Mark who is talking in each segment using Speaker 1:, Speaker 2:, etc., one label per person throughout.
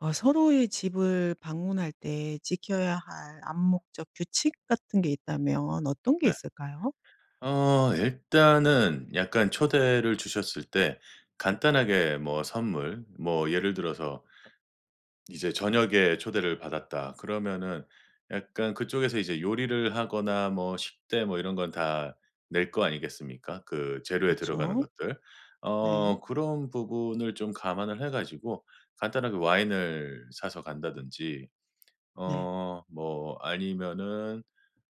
Speaker 1: 서로의 집을 방문할 때 지켜야 할 암묵적 규칙 같은 게 있다면 어떤 게
Speaker 2: 네.
Speaker 1: 있을까요?
Speaker 2: 어 일단은 약간 초대를 주셨을 때 간단하게 뭐 선물 뭐 예를 들어서 이제 저녁에 초대를 받았다. 그러면은 약간 그쪽에서 이제 요리를 하거나 뭐 식대 뭐 이런 건 다 낼 거 아니겠습니까? 그 재료에 들어가는
Speaker 1: 그쵸.
Speaker 2: 것들.
Speaker 1: 네.
Speaker 2: 어 그런 부분을 좀 감안을 해 가지고 간단하게 와인을 사서 간다든지
Speaker 1: 네.
Speaker 2: 어 뭐 아니면은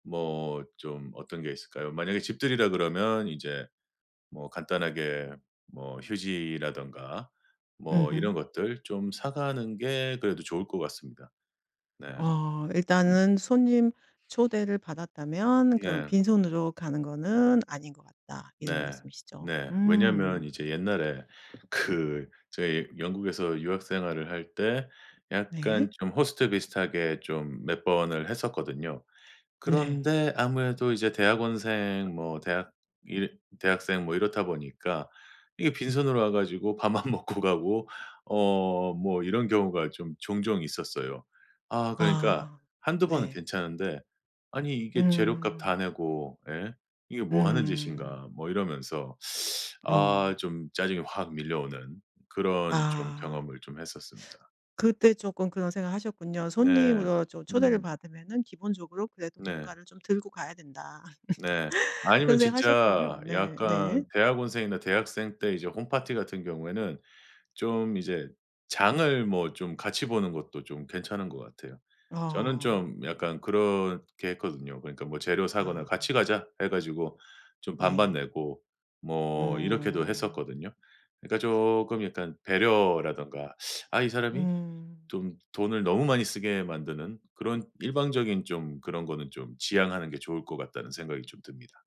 Speaker 2: 뭐 좀 어떤 게 있을까요? 만약에 집들이라 그러면 이제 뭐 간단하게 뭐 휴지라든가 뭐 이런
Speaker 1: 음
Speaker 2: 것들 좀 사 가는 게 그래도 좋을 것 같습니다. 네.
Speaker 1: 어
Speaker 2: 음.
Speaker 1: 일단은 손님 초대를 받았다면 그럼
Speaker 2: 네.
Speaker 1: '빈손으로 가는 거는 아닌 것 같다.' 이런
Speaker 2: 네.
Speaker 1: 말씀이시죠.
Speaker 2: 네. 왜냐면
Speaker 1: 음.
Speaker 2: 이제 옛날에 그 저희 영국에서 유학 생활을 할 때
Speaker 1: 네.
Speaker 2: 약간 좀 호스트 비슷하게 좀 몇 번을 했었거든요.
Speaker 1: 네.
Speaker 2: 그런데 아무래도 이제 대학원생 뭐 대학 일 대학생 뭐 이렇다 보니까 이게 빈손으로 와 가지고 밥만 먹고 가고 어 뭐 이런 경우가 좀 종종 있었어요. 아 그러니까
Speaker 1: 아.
Speaker 2: 한두 번은
Speaker 1: 네.
Speaker 2: 괜찮은데 '아니 이게 재료값 다
Speaker 1: 음.
Speaker 2: 내고 예 이게 뭐 하는
Speaker 1: 음.
Speaker 2: 짓인가.' 뭐 이러면서 아
Speaker 1: 어.
Speaker 2: 좀 짜증이 확 밀려오는 그런 좀
Speaker 1: 아.
Speaker 2: 경험을 좀 했었습니다.
Speaker 1: 그때 조금 그런 생각하셨군요.
Speaker 2: 네.
Speaker 1: '손님으로 좀 초대를
Speaker 2: 음.
Speaker 1: 받으면은 기본적으로 그래도
Speaker 2: 네.
Speaker 1: 뭔가를 좀 들고 가야 된다.'
Speaker 2: 네. 아니면
Speaker 1: 그런
Speaker 2: 진짜
Speaker 1: 생각하셨군요. 네. 네.
Speaker 2: 약간 대학원생이나 대학생 때 이제 홈파티 같은 경우에는 좀 이제 장을 뭐 좀 같이 보는 것도 좀 괜찮은 것 같아요. 저는
Speaker 1: 어.
Speaker 2: 좀 약간 그렇게 했거든요. 그러니까 뭐 재료 사거나
Speaker 1: 아.
Speaker 2: "같이 가자." 해 가지고 좀 반반
Speaker 1: 네.
Speaker 2: 내고 뭐 이렇게도
Speaker 1: 어.
Speaker 2: 했었거든요. 그러니까 조금 약간 배려라든가 '아 이 사람이
Speaker 1: 음.
Speaker 2: 좀 돈을 너무 많이 쓰게 만드는 그런 일방적인 좀 그런 거는 좀 지양하는 게 좋을 것 같다.'는 생각이 좀 듭니다.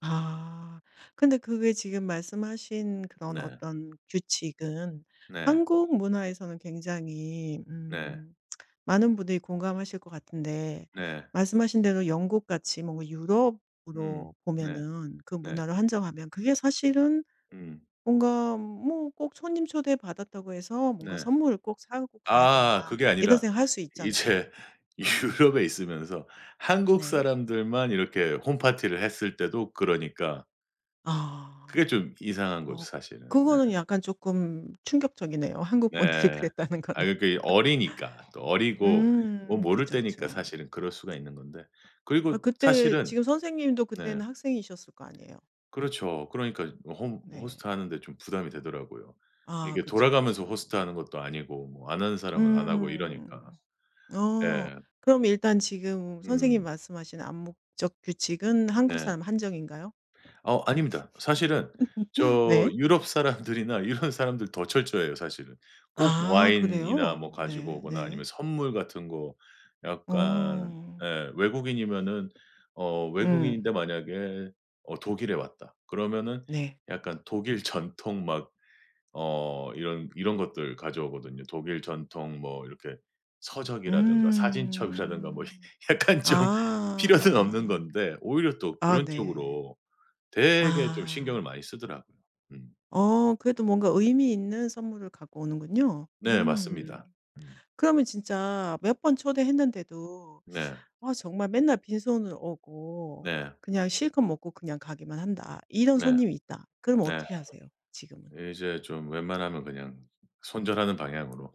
Speaker 1: 아. 근데 그게 지금 말씀하신 그런
Speaker 2: 네.
Speaker 1: 어떤 규칙은
Speaker 2: 네.
Speaker 1: 한국 문화에서는 굉장히
Speaker 2: 네.
Speaker 1: 많은 분들이 공감하실 것 같은데
Speaker 2: 네.
Speaker 1: 말씀하신 대로 영국 같이 뭔가
Speaker 2: 음.
Speaker 1: 유럽으로
Speaker 2: 네.
Speaker 1: 보면은 그
Speaker 2: 네.
Speaker 1: 문화를 한정하면 그게 사실은
Speaker 2: 음.
Speaker 1: 뭔가 뭐 '꼭 손님 초대받았다고 해서 뭔가
Speaker 2: 네.
Speaker 1: 선물을 꼭 사고 가야
Speaker 2: 아
Speaker 1: 되나?'
Speaker 2: 그게
Speaker 1: 이런
Speaker 2: 아니라
Speaker 1: 생각할 수 있잖아요.
Speaker 2: 이제 유럽에 있으면서 한국
Speaker 1: 네.
Speaker 2: 사람들만 이렇게 홈파티를 했을 때도 그러니까
Speaker 1: 아.
Speaker 2: 그게 좀 이상한 거죠
Speaker 1: 어
Speaker 2: 사실은. 네.
Speaker 1: 그거는 약간 조금 충격적이네요. 한국 분들이
Speaker 2: 네.
Speaker 1: 그랬다는
Speaker 2: 아
Speaker 1: 거는.
Speaker 2: 그러니까 어리니까. 또 어리고 뭐
Speaker 1: 음.
Speaker 2: 모를
Speaker 1: 그쵸,
Speaker 2: 때니까
Speaker 1: 그쵸.
Speaker 2: 사실은 그럴 수가 있는 건데.
Speaker 1: 아
Speaker 2: 그리고
Speaker 1: 그때
Speaker 2: 사실은
Speaker 1: 지금 선생님도
Speaker 2: 네.
Speaker 1: 그때는 학생이셨을 거 아니에요.
Speaker 2: 그렇죠. 그러니까 홈
Speaker 1: 네.
Speaker 2: 호스트하는 데 좀 부담이 되더라고요.
Speaker 1: 아
Speaker 2: 이게
Speaker 1: 그쵸,
Speaker 2: 돌아가면서
Speaker 1: 그쵸.
Speaker 2: 호스트하는 것도 아니고 뭐 안 하는 사람은 안 하고 이러니까.
Speaker 1: 음. 어.
Speaker 2: 예.
Speaker 1: 그럼 일단 지금 선생님이
Speaker 2: 음.
Speaker 1: 말씀하신 암묵적 규칙은 한국
Speaker 2: 네.
Speaker 1: 사람 한정인가요?
Speaker 2: 어 아닙니다. 사실은 저
Speaker 1: 네.
Speaker 2: 유럽 사람들이나 이런 사람들 더 철저해요 사실은. 꼭
Speaker 1: 아
Speaker 2: 와인이나 뭐
Speaker 1: 그래요?
Speaker 2: 가지고
Speaker 1: 네
Speaker 2: 오거나 아니면
Speaker 1: 네.
Speaker 2: 선물 같은 거 약간
Speaker 1: 어.
Speaker 2: 예 외국인이면은 어 외국인인데
Speaker 1: 음.
Speaker 2: 만약에 어 독일에 왔다. 그러면은
Speaker 1: 네.
Speaker 2: 약간 독일 전통 막 어 이런 이런 것들 가져오거든요. 독일 전통 뭐 이렇게 서적이라든가 사진첩이라든가 뭐
Speaker 1: 음.
Speaker 2: 약간 좀 필요는 없는
Speaker 1: 아.
Speaker 2: 건데 오히려 또
Speaker 1: 아
Speaker 2: 그런
Speaker 1: 네.
Speaker 2: 쪽으로 되게 좀 신경을
Speaker 1: 아.
Speaker 2: 많이 쓰더라고요. 음.
Speaker 1: 그래도 뭔가 의미 있는 선물을 갖고 오는군요.
Speaker 2: 네
Speaker 1: 음.
Speaker 2: 맞습니다. 음.
Speaker 1: 그러면 진짜 몇 번 초대했는데도
Speaker 2: 네.
Speaker 1: 아 정말 맨날 빈손으로 오고
Speaker 2: 네.
Speaker 1: 그냥 실컷 먹고 그냥 가기만 한다. 이런
Speaker 2: 네.
Speaker 1: 손님이 있다. 그럼
Speaker 2: 네.
Speaker 1: 어떻게 하세요 지금은?
Speaker 2: 이제 좀 웬만하면 그냥 손절하는 방향으로.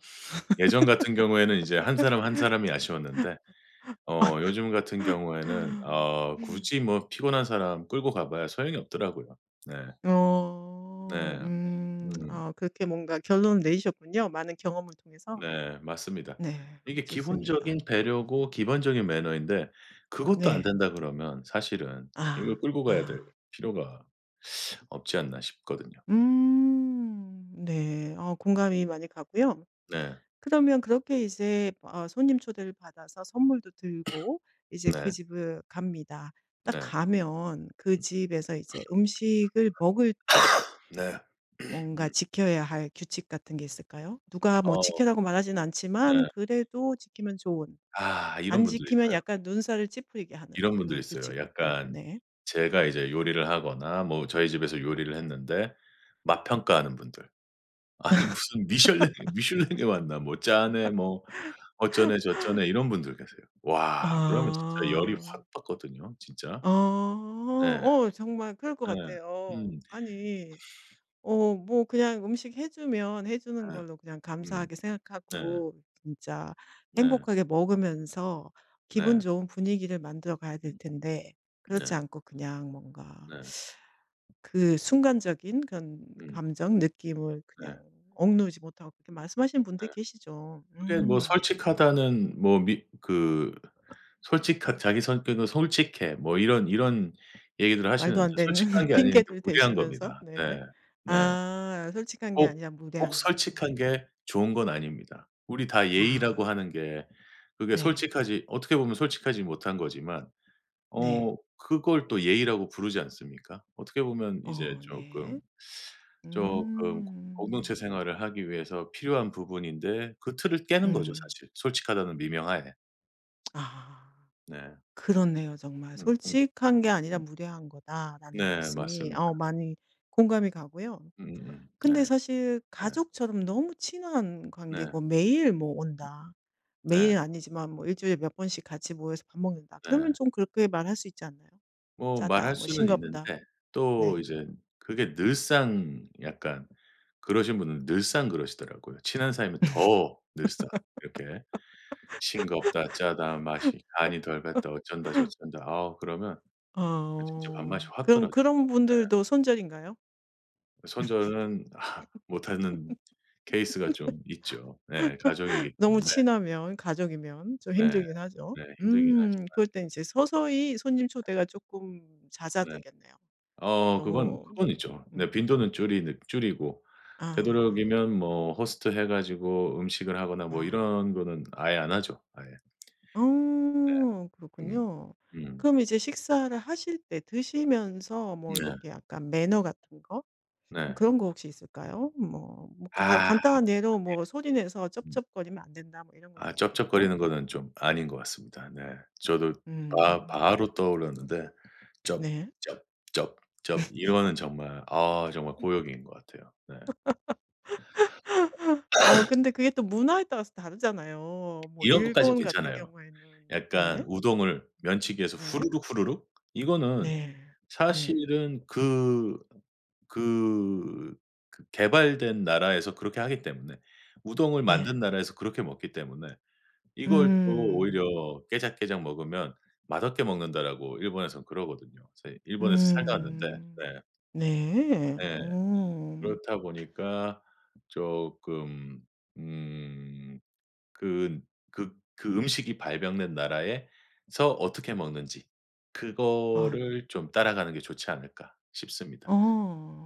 Speaker 2: 예전 같은 경우에는 이제 한 사람 한 사람이 아쉬웠는데 어 요즘 같은 경우에는 어 굳이 뭐 피곤한 사람 끌고 가 봐야 소용이 없더라고요. 네.
Speaker 1: 어.
Speaker 2: 네.
Speaker 1: 음.
Speaker 2: 음.
Speaker 1: 아 그렇게 뭔가 결론을 내리셨군요. 많은 경험을 통해서.
Speaker 2: 네. 맞습니다.
Speaker 1: 네.
Speaker 2: 이게
Speaker 1: 좋습니다.
Speaker 2: 기본적인 배려고 기본적인 매너인데 그것도 안
Speaker 1: 네.
Speaker 2: 된다 그러면 사실은 이걸
Speaker 1: 아.
Speaker 2: 끌고 가야 될
Speaker 1: 아.
Speaker 2: 필요가 없지 않나 싶거든요.
Speaker 1: 음. 네. 공감이 많이 가고요.
Speaker 2: 네.
Speaker 1: 그러면 그렇게 이제 손님 초대를 받아서 선물도 들고 이제 그
Speaker 2: 네.
Speaker 1: 집을 갑니다. 딱
Speaker 2: 네.
Speaker 1: 가면 그
Speaker 2: 음.
Speaker 1: 집에서 이제 음식을 먹을 때
Speaker 2: 네.
Speaker 1: 뭔가 지켜야 할 규칙 같은 게 있을까요? 누가 뭐 지
Speaker 2: 어
Speaker 1: 켜라고 말하진
Speaker 2: 네.
Speaker 1: 않지만 그래도 지키면 좋은,
Speaker 2: 아 이런
Speaker 1: 안
Speaker 2: 분들이
Speaker 1: 지키면
Speaker 2: 있어요.
Speaker 1: 약간 눈살을 찌푸리게 하는
Speaker 2: 이런 분들이
Speaker 1: 그런
Speaker 2: 있어요.
Speaker 1: 규칙 같은 거.
Speaker 2: 약간
Speaker 1: 네.
Speaker 2: 제가 이제 요리를 하거나 뭐 저희 집에서 요리를 했는데 맛 평가하는 분들. 아니 무슨 미슐랭 미슐랭에 왔나 뭐 짜네 뭐 어쩌네 저쩌네 이런 분들 계세요. 와 그러면 진짜 열이
Speaker 1: 아.
Speaker 2: 확 받거든요 진짜.
Speaker 1: 어.
Speaker 2: 네.
Speaker 1: 정말 그럴 것
Speaker 2: 네.
Speaker 1: 같아요.
Speaker 2: 음.
Speaker 1: 아니 뭐 그냥 음식 해 주면 해 주는
Speaker 2: 네.
Speaker 1: 걸로 그냥
Speaker 2: 음.
Speaker 1: 감사하게
Speaker 2: 네.
Speaker 1: 생각하고 진짜
Speaker 2: 네.
Speaker 1: 행복하게 먹으면서 기분
Speaker 2: 네.
Speaker 1: 좋은 분위기를 만들어 가야 될
Speaker 2: 음.
Speaker 1: 텐데 그렇지
Speaker 2: 네.
Speaker 1: 않고 그냥 뭔가
Speaker 2: 네.
Speaker 1: 그 순간적인 그런
Speaker 2: 음.
Speaker 1: 감정, 느낌을 그냥
Speaker 2: 네.
Speaker 1: 억누르지 못하고 그렇게 말씀하시는 분들이
Speaker 2: 네.
Speaker 1: 계시죠.
Speaker 2: 그게
Speaker 1: 음.
Speaker 2: 뭐 솔직하다는 뭐 미 그 솔직한 자기 성격은 솔직해 뭐 이런 이런 얘기들을
Speaker 1: 말도
Speaker 2: 하시는데
Speaker 1: 안 되는
Speaker 2: 솔직한 게 아닌 게
Speaker 1: 핑계를
Speaker 2: 무례한
Speaker 1: 대시면서.
Speaker 2: 겁니다.
Speaker 1: 네네.
Speaker 2: 네. 네.
Speaker 1: 아 솔직한 게
Speaker 2: 꼭,
Speaker 1: 아니라
Speaker 2: 꼭
Speaker 1: 무례한 거다.
Speaker 2: 솔직한 게 좋은 건 아닙니다. 우리 다 예의라고
Speaker 1: 아.
Speaker 2: 하는 게 그게
Speaker 1: 네.
Speaker 2: 솔직하지 어떻게 보면 솔직하지 못한 거지만
Speaker 1: 네.
Speaker 2: 어 그걸 또 예의라고 부르지 않습니까? 어떻게 보면 이제
Speaker 1: 어
Speaker 2: 쪼끔,
Speaker 1: 네.
Speaker 2: 쪼끔 공동체
Speaker 1: 음.
Speaker 2: 생활을 하기 위해서 필요한 부분인데 그 틀을 깨는 거죠
Speaker 1: 음.
Speaker 2: 사실 솔직하다는 미명하에.
Speaker 1: 아
Speaker 2: 네.
Speaker 1: 그렇네요 정말.
Speaker 2: 음음
Speaker 1: '솔직한 게 아니라
Speaker 2: 음.
Speaker 1: 무례한 거다.'라는
Speaker 2: 네
Speaker 1: 말씀이
Speaker 2: 맞습니다.
Speaker 1: 많이 공감이 가고요.
Speaker 2: 네.
Speaker 1: 근데 사실
Speaker 2: 네.
Speaker 1: 가족처럼 너무 친한
Speaker 2: 네.
Speaker 1: 관계고 매일 뭐 온다.
Speaker 2: 네.
Speaker 1: 매일은 아니지만 뭐 일 주일에 몇 번씩 같이 모여서 밥 먹는다. 그러면
Speaker 2: 네.
Speaker 1: 좀 그렇게 말할 수 있지 않나요?
Speaker 2: 뭐 말할
Speaker 1: "짜다." 뭐
Speaker 2: 수는
Speaker 1: "싱겁다."
Speaker 2: 있는데 또
Speaker 1: 네.
Speaker 2: 이제 그게 늘상 약간 그러신 분은 늘상 그러시더라고요. 친한 사이면 더 늘상 이렇게 싱겁다, 짜다, 맛이 간이 덜 갔다, 어쩐다 저쩐다. 아 그러면 진짜 밥맛이
Speaker 1: 어.
Speaker 2: 확
Speaker 1: 그럼
Speaker 2: 떨어져요.
Speaker 1: 그런
Speaker 2: 네.
Speaker 1: 분들도 손절인가요?
Speaker 2: 손절은 아 못하는 케이스가 좀 있죠. 네. 가족이기
Speaker 1: 너무
Speaker 2: 때문에.
Speaker 1: 친하면, 가족이면 좀
Speaker 2: 네.
Speaker 1: 힘들긴 하죠.
Speaker 2: 네. 힘들긴 하죠.
Speaker 1: 그럴 땐 이제 서서히 손님 초대가 조금
Speaker 2: 네.
Speaker 1: 잦아들겠네요.
Speaker 2: 어 그건
Speaker 1: 너무
Speaker 2: 그건 있죠. 네
Speaker 1: 음
Speaker 2: 빈도는 줄이는 줄이고
Speaker 1: 아.
Speaker 2: 되도록이면 뭐 호스트 해 가지고 음식을 하거나 뭐
Speaker 1: 아.
Speaker 2: 이런 거는 아예 안 하죠. 아예.
Speaker 1: 어
Speaker 2: 음.
Speaker 1: 그렇군요.
Speaker 2: 음.
Speaker 1: 그럼 이제 식사를 하실 때 드시면서 뭐
Speaker 2: 네.
Speaker 1: 이렇게 약간 매너 같은 거? 뭐
Speaker 2: 네.
Speaker 1: 그런 거 혹시 있을까요? 뭐 뭐 간
Speaker 2: 아.
Speaker 1: 간단한 예로 뭐 소리 내서
Speaker 2: 음.
Speaker 1: 쩝쩝거리면 안 된다 뭐 이런 것도
Speaker 2: 아
Speaker 1: 있겠고.
Speaker 2: 쩝쩝거리는 거는 좀 아닌 것 같습니다. 네. 저도 바
Speaker 1: 음.
Speaker 2: 바로 떠올랐는데 쩝
Speaker 1: 네.
Speaker 2: 쩝 쩝쩝 이거는 정말 아 정말 고역인 것 같아요. 네.
Speaker 1: 근데 그게 또 문화에 따라서 다르잖아요. 뭐
Speaker 2: 이런 것까진
Speaker 1: 일본 같은
Speaker 2: 괜찮아요.
Speaker 1: 경우에는
Speaker 2: 약간
Speaker 1: 네.
Speaker 2: 우동을 면치기에서
Speaker 1: 네.
Speaker 2: 후루룩 후루룩 이거는
Speaker 1: 네. 네.
Speaker 2: 사실은 그 그 개발된 나라에서 그렇게 하기 때문에 우동을 만든
Speaker 1: 네.
Speaker 2: 나라에서 그렇게 먹기 때문에 이걸 또
Speaker 1: 음.
Speaker 2: 오히려 깨작깨작 먹으면 "맛없게 먹는다."라고 일본에선 그러거든요. 사실 일본에서 살다 왔는데
Speaker 1: 음.
Speaker 2: 네.
Speaker 1: 네.
Speaker 2: 예.
Speaker 1: 음.
Speaker 2: 그렇다 보니까 쪼끔 음 그 그 음식이 발병된 나라에서 어떻게 먹는지
Speaker 1: 아 네.
Speaker 2: 그거를 좀 따라가는 게 좋지 않을까 싶습니다.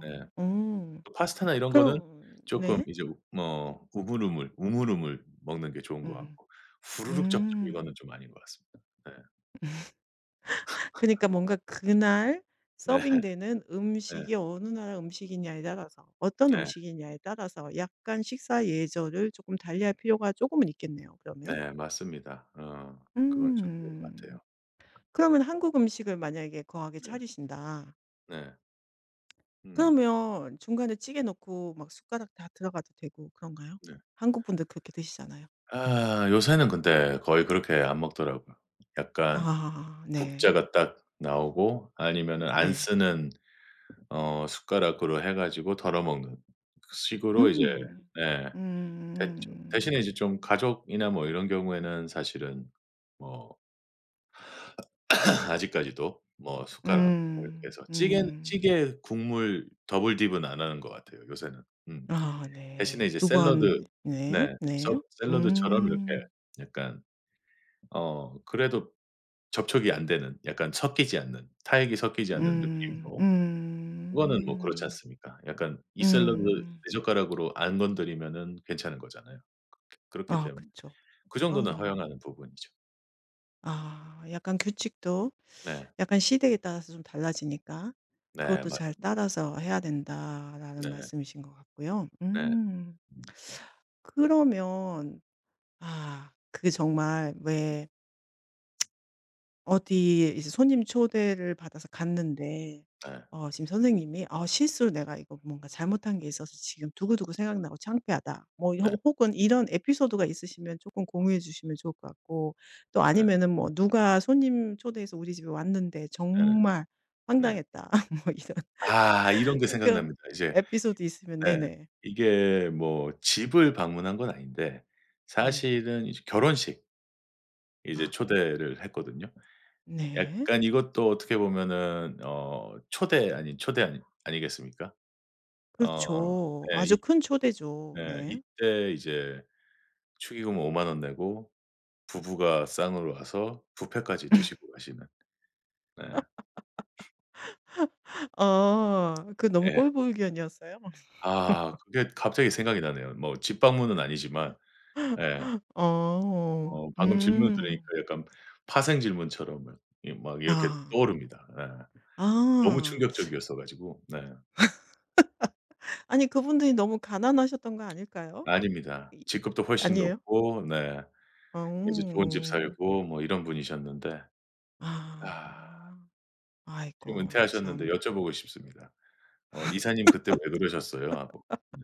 Speaker 2: 네.
Speaker 1: 음.
Speaker 2: 파스타나 이런 거는
Speaker 1: 그럼
Speaker 2: 쪼끔
Speaker 1: 네.
Speaker 2: 이제 우 뭐 우물우물, 우물우물 먹는 게 좋은 것
Speaker 1: 음.
Speaker 2: 같고 후루룩 접점 이거는
Speaker 1: 음.
Speaker 2: 좀 아닌 것 같습니다. 네.
Speaker 1: 그니까 러 뭔가 그날
Speaker 2: 네.
Speaker 1: 서빙되는
Speaker 2: 네.
Speaker 1: 음식이 어느 나라 음식이냐에 따라서 어떤
Speaker 2: 네.
Speaker 1: 음식이냐에 따라서 약간 식사 예절을 조금 달리할 필요가 조금은 있겠네요 그러면.
Speaker 2: 네. 맞습니다. 어 그건 좀 있는 것
Speaker 1: 음.
Speaker 2: 같아요.
Speaker 1: 그러면 한국 음식을 만약에 거하게
Speaker 2: 네.
Speaker 1: 차리신다.
Speaker 2: 네. 음
Speaker 1: 그러면 중간에 찌개 넣고 막 숟가락 다 들어가도 되고 그런가요?
Speaker 2: 네.
Speaker 1: 한국 분들 그렇게 드시잖아요.
Speaker 2: 아 요새는 근데 거의 그렇게 안 먹더라고요. 약간
Speaker 1: 아 네.
Speaker 2: 국자가 딱 나오고 아니면은 안
Speaker 1: 네.
Speaker 2: 쓰는 어 숟가락으로 해 가지고 덜어 먹는 그 식으로 이제
Speaker 1: 음.
Speaker 2: 네 됐죠.
Speaker 1: 음.
Speaker 2: 대신에 이제 좀 가족이나 뭐 이런 경우에는 사실은 뭐 아직까지도 뭐 숟가락 뭐 이렇게
Speaker 1: 음.
Speaker 2: 해서 찌개는
Speaker 1: 음.
Speaker 2: 찌개 국물 더블 딥은 안 하는 것 같아요 요새는. 음.
Speaker 1: 아
Speaker 2: 대신에
Speaker 1: 네.
Speaker 2: 이제
Speaker 1: 두
Speaker 2: 샐러드
Speaker 1: 번 네.
Speaker 2: 네. 서
Speaker 1: 네.
Speaker 2: 샐러드처럼 이렇게
Speaker 1: 음.
Speaker 2: 약간 어 그래도 접촉이 안 되는 약간 섞이지 않는 타액이 섞이지 않는
Speaker 1: 음.
Speaker 2: 느낌으로 그거는 뭐 그렇지
Speaker 1: 음.
Speaker 2: 않습니까? 약간 이 샐러드
Speaker 1: 음.
Speaker 2: 내 젓가락으로 안 건드리면은 괜찮은 거잖아요. 그렇기
Speaker 1: 아
Speaker 2: 때문에
Speaker 1: 그쵸.
Speaker 2: 그 정도는
Speaker 1: 아.
Speaker 2: 허용하는 부분이죠.
Speaker 1: 아 약간 규칙도
Speaker 2: 네.
Speaker 1: 약간 시대에 따라서 좀 달라지니까
Speaker 2: 네
Speaker 1: 그것도 잘
Speaker 2: 맞습니다.
Speaker 1: 따라서 해야 된다라는
Speaker 2: 네.
Speaker 1: 말씀이신 것 같고요.
Speaker 2: 네.
Speaker 1: 음. 그러면 아 그게 정말 왜 어디 이제 손님 초대를 받아서 갔는데
Speaker 2: 네.
Speaker 1: 지금 선생님이 "아 실수로 내가 이거 뭔가 잘못한 게 있어서 지금 두고두고 생각나고 창피하다." 뭐 요
Speaker 2: 네.
Speaker 1: 혹은 이런 에피소드가 있으시면 쪼끔 공유해 주시면 좋을 것 같고 또
Speaker 2: 네.
Speaker 1: 아니면은 뭐 "누가 손님 초대해서 우리 집에 왔는데
Speaker 2: 네 네.
Speaker 1: 정말
Speaker 2: 네. 네.
Speaker 1: 황당했다." 뭐 이런
Speaker 2: 아 이런 게
Speaker 1: 그런
Speaker 2: 생각납니다. 이제
Speaker 1: 에피소드 있으면
Speaker 2: 네.
Speaker 1: 네네.
Speaker 2: 이게 뭐 집을 방문한 건 아닌데
Speaker 1: 네.
Speaker 2: 사실은 이제 결혼식 이제
Speaker 1: 아
Speaker 2: 초대를 했거든요.
Speaker 1: 네.
Speaker 2: 약간 이것도 어떻게 보면은 어 초대 아닌 초대 아니 아니겠습니까? 어
Speaker 1: 그렇죠.
Speaker 2: 네.
Speaker 1: 아주 큰 초대죠.
Speaker 2: 네.
Speaker 1: 네.
Speaker 2: 이때 이제 축의금 5만 원 내고 부부가 쌍으로 와서 뷔페까지 드시고 가시는. 네.
Speaker 1: 어. 그 너무
Speaker 2: 예.
Speaker 1: 꼴불견이었어요?
Speaker 2: 아 그게 갑자기 생각이 나네요. 뭐 집 방문은 아니지만 예
Speaker 1: 어.
Speaker 2: 어 방금 질문을 들으니까
Speaker 1: 음.
Speaker 2: 약간 파생 질문처럼 막 이 막 이렇게
Speaker 1: 아.
Speaker 2: 떠오릅니다. 네. 너무
Speaker 1: 아.
Speaker 2: 충격적이었어 가지고. 네.
Speaker 1: 아니 그분들이 너무 가난하셨던 거 아닐까요?
Speaker 2: 아닙니다.
Speaker 1: 이
Speaker 2: 직급도 훨씬
Speaker 1: 아니에요?
Speaker 2: 높고 네 이제 좋은 집
Speaker 1: 어.
Speaker 2: 살고 뭐 이런 분이셨는데 아
Speaker 1: 아.
Speaker 2: 지금
Speaker 1: 아이고
Speaker 2: 은퇴하셨는데
Speaker 1: 참.
Speaker 2: 여쭤보고 싶습니다. 어 "이사님 그때 왜 그러셨어요?" 하고. 네.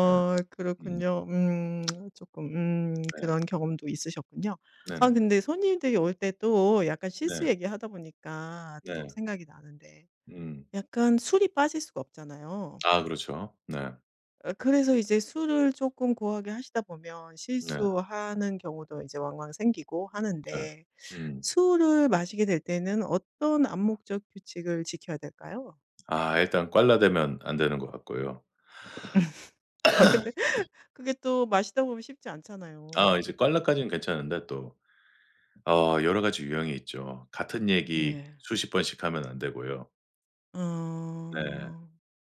Speaker 2: 네. 음.
Speaker 1: 그렇군요. 조금
Speaker 2: 네.
Speaker 1: 그런 경험도 있으셨군요. 아
Speaker 2: 네네네.
Speaker 1: 근데 손님들이 올 때 또 약간
Speaker 2: 네.
Speaker 1: 실수 얘기하다 보니까 또
Speaker 2: 네.
Speaker 1: 생각이 나는데
Speaker 2: 음.
Speaker 1: 약간 술이 빠질 수가 없잖아요.
Speaker 2: 아 그렇죠. 네.
Speaker 1: 그래서 이제 술을 조금 고하게 하시다 보면
Speaker 2: 네.
Speaker 1: 실수하는 경우도 이제 왕왕 생기고
Speaker 2: 네.
Speaker 1: 하는데
Speaker 2: 음.
Speaker 1: 술을 마시게 될 때는 어떤 암묵적 규칙을 지켜야 될까요?
Speaker 2: 아 일단 꽐라되면 안 되는 것 같고요.
Speaker 1: 아 근데 그게 또 마시다 보면 쉽지 않잖아요.
Speaker 2: 아 이제 꽐라까지는 괜찮은데 또 어 여러 가지 유형이 있죠. 같은 얘기
Speaker 1: 네.
Speaker 2: 수십 번씩 하면 안 되고요. 네.
Speaker 1: 어.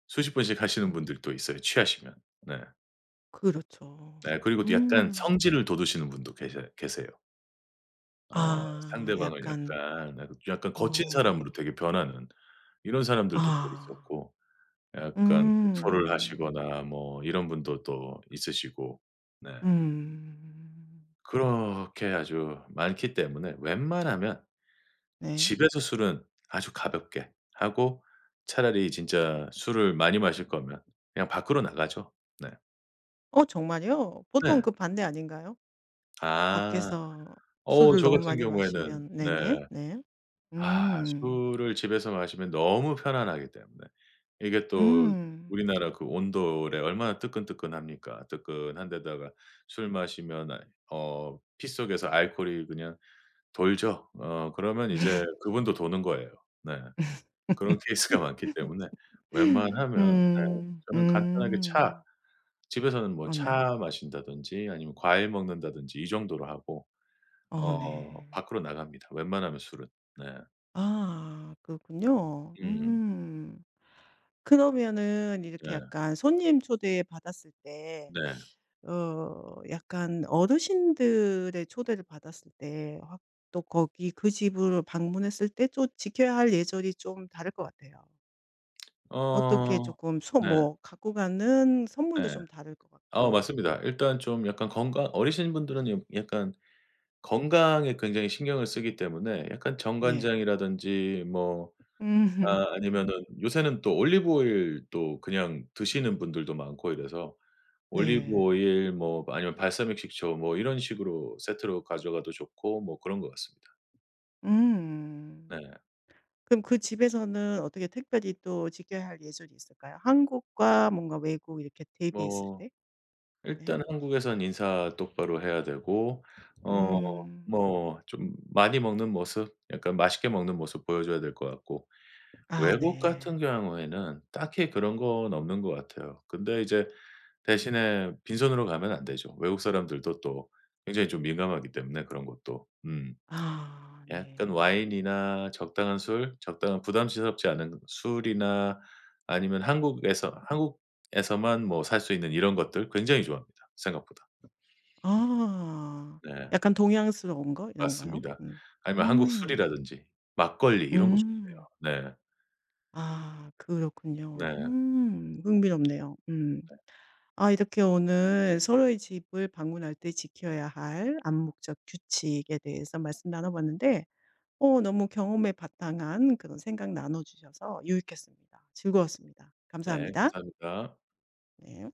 Speaker 2: 수십 번씩
Speaker 1: 어
Speaker 2: 하시는 분들도 있어요 취하시면. 네.
Speaker 1: 그렇죠.
Speaker 2: 네. 그리고 또 약간
Speaker 1: 음.
Speaker 2: 성질을 돋우시는 분도 계셔 계세요. 어
Speaker 1: 아
Speaker 2: 상대방을
Speaker 1: 약간
Speaker 2: 약간 약 약간 거친 사람으로
Speaker 1: 어.
Speaker 2: 되게 변하는 이런 사람들도 또
Speaker 1: 아.
Speaker 2: 있었고 약간 구토를
Speaker 1: 음.
Speaker 2: 하시거나 뭐 이런 분도 또 있으시고 네.
Speaker 1: 음.
Speaker 2: 그렇게 아주 많기 때문에 웬만하면
Speaker 1: 네.
Speaker 2: 집에서 술은 아주 가볍게 하고 차라리 진짜 술을 많이 마실 거면 그냥 밖으로 나가죠. 네.
Speaker 1: 어 정말요? 보통
Speaker 2: 네.
Speaker 1: 그 반대 아닌가요?
Speaker 2: 아.
Speaker 1: 밖에서
Speaker 2: 어
Speaker 1: 술을
Speaker 2: 저
Speaker 1: 너무
Speaker 2: 같은
Speaker 1: 많이
Speaker 2: 경우에는
Speaker 1: 마시면
Speaker 2: 네.
Speaker 1: 네네. 네.
Speaker 2: 아
Speaker 1: 음.
Speaker 2: 술을 집에서 마시면 너무 편안하기 때문에 이게 또
Speaker 1: 음.
Speaker 2: 우리나라 그 온돌에 얼마나 뜨끈뜨끈합니까. 뜨끈한데다가 술 마시면 아 어 피 속에서 알코올이 그냥 돌죠. 어 그러면 이제 그분도 도는 거예요. 네. 그런 케이스가 많기 때문에 웬만하면 네 저는 간단하게 차
Speaker 1: 음.
Speaker 2: 집에서는 뭐
Speaker 1: 어 네.
Speaker 2: 차 마신다든지 아니면 과일 먹는다든지 이 정도로 하고
Speaker 1: 어
Speaker 2: 어
Speaker 1: 네.
Speaker 2: 밖으로 나갑니다 웬만하면 술은. 네.
Speaker 1: 아 그렇군요.
Speaker 2: 음.
Speaker 1: 음. 그러면은
Speaker 2: 네.
Speaker 1: 이렇게 약간 손님 초대 받았을 때
Speaker 2: 네.
Speaker 1: 약간 어르신들의 초대를 받았을 때 확 또 거기 그 집을 방문했을 때 좀 지켜야 할 예절이 좀 다를 것 같아요. 어떻게
Speaker 2: 어
Speaker 1: 조금 소
Speaker 2: 네.
Speaker 1: 뭐 갖고 가는 선물도
Speaker 2: 네.
Speaker 1: 좀 다를 것
Speaker 2: 아
Speaker 1: 같고.
Speaker 2: 맞습니다. 일단 좀 약간 건강 어리신 분들은 약 약간 건강에 굉장히 신경을 쓰기 때문에 약간
Speaker 1: 네.
Speaker 2: 정간장이라든지 뭐
Speaker 1: 음.
Speaker 2: 아 아니면은 요새는 또 올리브 오일도 그냥 드시는 분들도 많고 이래서 올리브
Speaker 1: 네.
Speaker 2: 오일 뭐 아니면 발사믹 식초 뭐 이런 식으로 세트로 가져가도 좋고 뭐 그런 것 같습니다.
Speaker 1: 음.
Speaker 2: 네.
Speaker 1: 그럼 그 집에서는 어떻게 특별히 또 지켜야 할 예절이 있을까요? 한국과 뭔가 외국 이렇게 대비했을
Speaker 2: 뭐
Speaker 1: 때? 네.
Speaker 2: 일단 한국에선 인사 똑바로 해야 되고 어
Speaker 1: 음.
Speaker 2: 뭐 좀 많이 먹는 모습 약간 맛있게 먹는 모습 보여줘야 될 것 같고
Speaker 1: 아
Speaker 2: 외국 같은
Speaker 1: 네.
Speaker 2: 경우에는 딱히 그런 건 없는 것 같아요. 근데 이제 대신에 빈손으로 가면 안 되죠. 외국 사람들도 또 굉장히 좀 민감하기 때문에 그런 것도. 음.
Speaker 1: 아 네.
Speaker 2: 약간 와인이나 적당한 술, 적당한 부담스럽지 않은 술이나 아니면 한국에서 한국에서만 뭐 살 수 있는 이런 것들 굉장히 좋아합니다 생각보다.
Speaker 1: 아.
Speaker 2: 네.
Speaker 1: 약간 동양스러운 거 이런가요?
Speaker 2: 맞습니다.
Speaker 1: 음.
Speaker 2: 아니면 한국
Speaker 1: 음.
Speaker 2: 술이라든지 막걸리 이런 거
Speaker 1: 음.
Speaker 2: 좋네요. 네.
Speaker 1: 아 그렇군요.
Speaker 2: 네.
Speaker 1: 음. 흥미롭네요. 음. 아 이렇게 오늘 서로의 집을 방문할 때 지켜야 할 암묵적 규칙에 대해서 말씀 나눠 봤는데 너무 경험에 바탕한 그런 생각 나눠 주셔서 유익했습니다. 즐거웠습니다.
Speaker 2: 네.
Speaker 1: 감사합니다.
Speaker 2: 감사합니다.
Speaker 1: 네.